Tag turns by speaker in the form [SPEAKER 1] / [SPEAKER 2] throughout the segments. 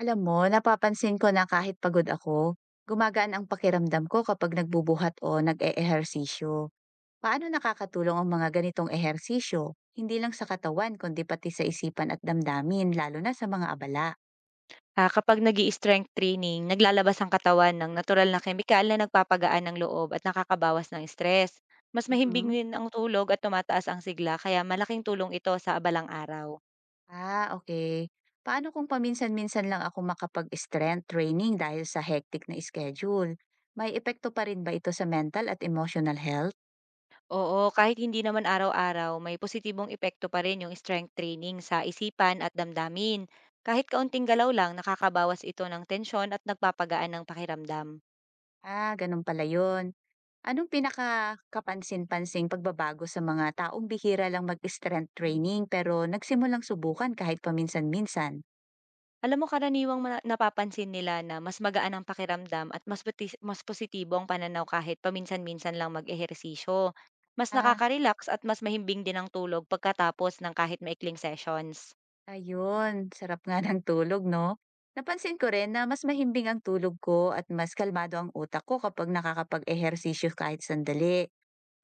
[SPEAKER 1] Alam mo, napapansin ko na kahit pagod ako, gumagaan ang pakiramdam ko kapag nagbubuhat o nag-eehersisyo. Paano nakakatulong ang mga ganitong ehersisyo? Hindi lang sa katawan, kundi pati sa isipan at damdamin, lalo na sa mga abala.
[SPEAKER 2] Ah, kapag nag strength training, naglalabas ang katawan ng natural na kemikal na nagpapagaan ng loob at nakakabawas ng stress. Mas mahimbing
[SPEAKER 1] Mhm.
[SPEAKER 2] din ang tulog at tumataas ang sigla kaya malaking tulong ito sa abalang araw.
[SPEAKER 1] Okay. Paano kung paminsan-minsan lang ako makapag-strength training dahil sa hectic na schedule? May epekto pa rin ba ito sa mental at emotional health?
[SPEAKER 2] Oo, kahit hindi naman araw-araw, may positibong epekto pa rin yung strength training sa isipan at damdamin. Kahit kaunting galaw lang, nakakabawas ito ng tensyon at nagpapagaan ng pakiramdam.
[SPEAKER 1] Ah, ganun pala yun. Anong pinaka kapansin pansing pagbabago sa mga taong bihira lang mag-strength training pero nagsimulang subukan kahit paminsan-minsan?
[SPEAKER 2] Alam mo, karaniwang mana napapansin nila na mas magaan ang pakiramdam at mas putis mas positibo ang pananaw kahit paminsan-minsan lang mag-ehersisyo. Mas
[SPEAKER 1] Ah,
[SPEAKER 2] nakaka-relax at mas mahimbing din ang tulog pagkatapos ng kahit maikling sessions.
[SPEAKER 1] ayun. Sarap nga ng tulog, no? Napansin ko rin na mas mahimbing ang tulog ko at mas kalmado ang utak ko kapag nakakapag-ehersisyo kahit sandali.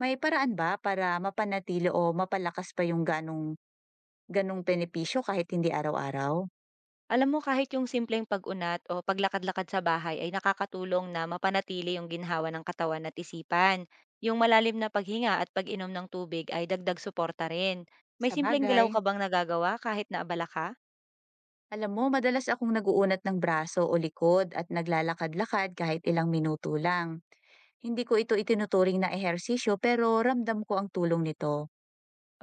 [SPEAKER 1] May paraan ba para mapanatili o mapalakas pa yung ganong benepisyo kahit hindi araw-araw?
[SPEAKER 2] Alam mo, kahit yung simpleng pag-unat o paglakad-lakad sa bahay ay nakakatulong na mapanatili yung ginhawa ng katawan at isipan. Yung malalim na paghinga at pag-inom ng tubig ay dagdag suporta rin. May
[SPEAKER 1] Sa
[SPEAKER 2] simpleng galaw
[SPEAKER 1] bagay.
[SPEAKER 2] ka bang nagagawa kahit naabala ka?
[SPEAKER 1] Alam mo, madalas akong naguunat ng braso o likod at naglalakad-lakad kahit ilang minuto lang. Hindi ko ito itinuturing na ehersisyo pero ramdam ko ang tulong nito.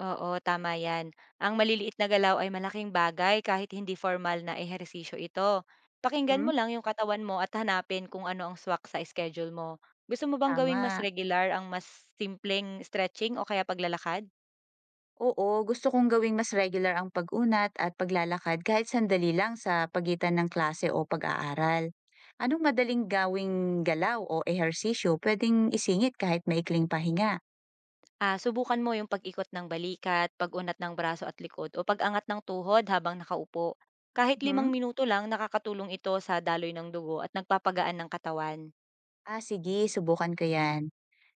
[SPEAKER 2] Oo, tama yan. Ang maliliit na galaw ay malaking bagay kahit hindi formal na ehersisyo ito. Pakinggan mo
[SPEAKER 1] Hmm?
[SPEAKER 2] lang yung katawan mo at hanapin kung ano ang swak sa schedule mo. Gusto mo bang gawing mas
[SPEAKER 1] Tama.
[SPEAKER 2] regular ang mas simpleng stretching o kaya paglalakad?
[SPEAKER 1] Oo, gusto kong gawing mas regular ang pag-unat at paglalakad kahit sandali lang sa pagitan ng klase o pag-aaral. Anong madaling gawing galaw o ehersisyo pwedeng isingit kahit maikling pahinga?
[SPEAKER 2] Ah, subukan mo yung pag-ikot ng balikat, pag-unat ng braso at likod o pag-angat ng tuhod habang nakaupo. Kahit limang
[SPEAKER 1] Mhm.
[SPEAKER 2] minuto lang, nakakatulong ito sa daloy ng dugo at nagpapagaan ng katawan.
[SPEAKER 1] Sige, subukan ko yan.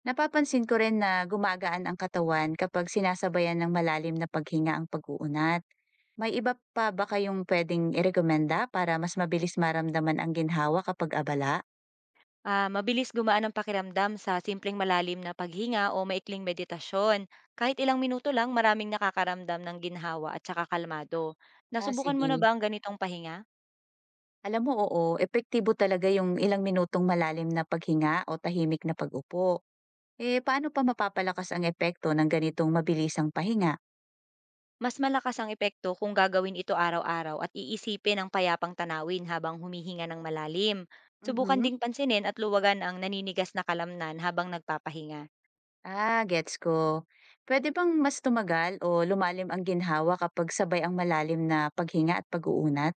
[SPEAKER 1] Napapansin ko rin na gumagaan ang katawan kapag sinasabayan ng malalim na paghinga ang pag-uunat. May iba pa ba kayong pwedeng irekomenda para mas mabilis maramdaman ang ginhawa kapag abala?
[SPEAKER 2] Ah, mabilis gumaan ang pakiramdam sa simpleng malalim na paghinga o maikling meditasyon. Kahit ilang minuto lang, maraming nakakaramdam ng ginhawa at saka kalmado. Nasubukan mo na
[SPEAKER 1] Sige.
[SPEAKER 2] ba ang ganitong pahinga?
[SPEAKER 1] Alam mo, oo, epektibo talaga yung ilang minutong malalim na paghinga o tahimik na pag-upo. Eh, paano pa mapapalakas ang epekto ng ganitong mabilisang pahinga?
[SPEAKER 2] Mas malakas ang epekto kung gagawin ito araw-araw at iisipin ang payapang tanawin habang humihinga ng malalim. Subukan
[SPEAKER 1] Mhm.
[SPEAKER 2] ding pansinin at luwagan ang naninigas na kalamnan habang nagpapahinga.
[SPEAKER 1] Gets ko. Pwede bang mas tumagal o lumalim ang ginhawa kapag sabay ang malalim na paghinga at pag-uunat?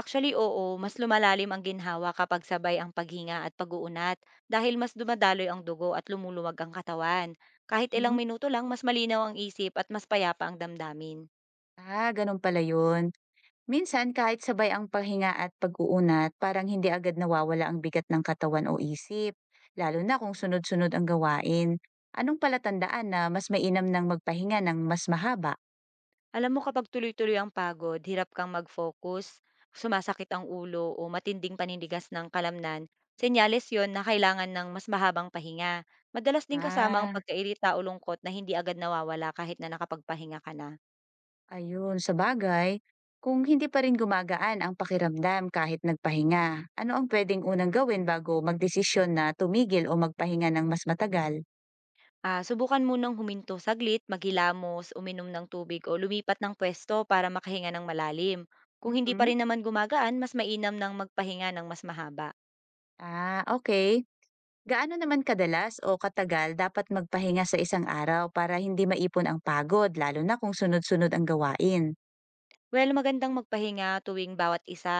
[SPEAKER 2] Actually, oo. Mas lumalalim ang ginhawa kapag sabay ang paghinga at pag-uunat dahil mas dumadaloy ang dugo at lumuluwag ang katawan. Kahit ilang
[SPEAKER 1] Mhm.
[SPEAKER 2] minuto lang, mas malinaw ang isip at mas payapa ang damdamin.
[SPEAKER 1] Ah, ganun pala yun. Minsan kahit sabay ang pahinga at pag-uunat, parang hindi agad nawawala ang bigat ng katawan o isip, lalo na kung sunod-sunod ang gawain. Anong palatandaan na mas mainam ng magpahinga ng mas mahaba?
[SPEAKER 2] Alam mo, kapag tuloy-tuloy ang pagod, hirap kang mag-focus, sumasakit ang ulo o matinding panindigas ng kalamnan, senyales yon na kailangan ng mas mahabang pahinga. Madalas din kasama ang
[SPEAKER 1] Ah,
[SPEAKER 2] pagkairita o lungkot na hindi agad nawawala kahit na nakapagpahinga ka na.
[SPEAKER 1] ayun, sa bagay. Kung hindi pa rin gumagaan ang pakiramdam kahit nagpahinga, ano ang pwedeng unang gawin bago magdesisyon na tumigil o magpahinga ng mas matagal?
[SPEAKER 2] Ah, subukan munang huminto saglit, maghilamos, uminom ng tubig o lumipat ng pwesto para makahinga ng malalim. Kung hindi pa
[SPEAKER 1] Mhm.
[SPEAKER 2] rin naman gumagaan, mas mainam ng magpahinga ng mas mahaba.
[SPEAKER 1] Okay. Gaano naman kadalas o katagal dapat magpahinga sa isang araw para hindi maipon ang pagod lalo na kung sunod-sunod ang gawain?
[SPEAKER 2] Well, magandang magpahinga tuwing bawat isa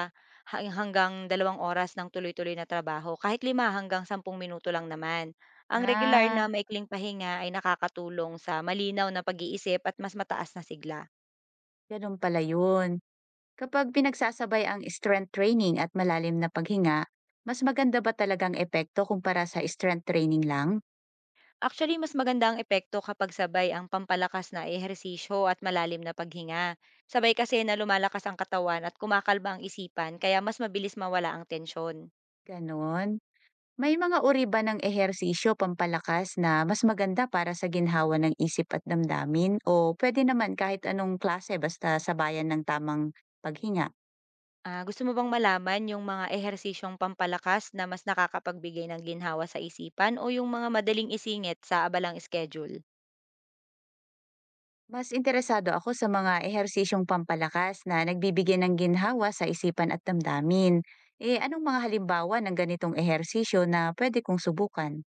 [SPEAKER 2] hanggang 2 oras ng tuloy-tuloy na trabaho, kahit 5 hanggang 10 minuto lang naman. Ang regular
[SPEAKER 1] Ah,
[SPEAKER 2] na maikling pahinga ay nakakatulong sa malinaw na pag-iisip at mas mataas na sigla.
[SPEAKER 1] ganun pala yun. Kapag pinagsasabay ang strength training at malalim na paghinga, mas maganda ba talagang epekto kumpara sa strength training lang?
[SPEAKER 2] Actually, mas maganda ang epekto kapag sabay ang pampalakas na ehersisyo at malalim na paghinga. Sabay kasi na lumalakas ang katawan at kumakalma ang isipan, kaya mas mabilis mawala ang tensyon.
[SPEAKER 1] Ganon. May mga uri ba ng ehersisyo pampalakas na mas maganda para sa ginhawa ng isip at damdamin o pwede naman kahit anong klase basta sabayan ng tamang paghinga?
[SPEAKER 2] Ah, gusto mo bang malaman yung mga ehersisyong pampalakas na mas nakakapagbigay ng ginhawa sa isipan o yung mga madaling isingit sa abalang schedule?
[SPEAKER 1] Mas interesado ako sa mga ehersisyong pampalakas na nagbibigay ng ginhawa sa isipan at damdamin. Eh, anong mga halimbawa ng ganitong ehersisyo na pwede kong subukan?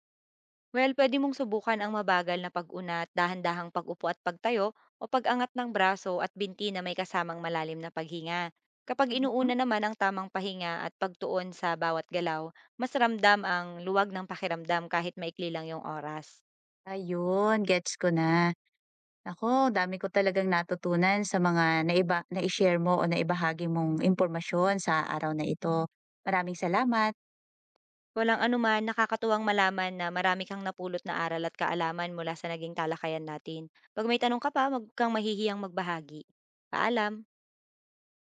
[SPEAKER 2] Well, pwede mong subukan ang mabagal na pag-unat, dahan-dahang pag-upo at pagtayo o pag-angat ng braso at binti na may kasamang malalim na paghinga. Kapag
[SPEAKER 1] Mhm.
[SPEAKER 2] inuuna naman ang tamang pahinga at pagtuon sa bawat galaw, mas ramdam ang luwag ng pakiramdam kahit maikli lang yung oras.
[SPEAKER 1] Ayun, gets ko na. Ako, dami ko talagang natutunan sa mga na-share mo o naibahagi mong impormasyon sa araw na ito. Maraming salamat.
[SPEAKER 2] Walang anuman, nakakatuwang malaman na marami kang napulot na aral at kaalaman mula sa naging talakayan natin. Pag may tanong ka pa, wag kang mahihiyang magbahagi. Paalam!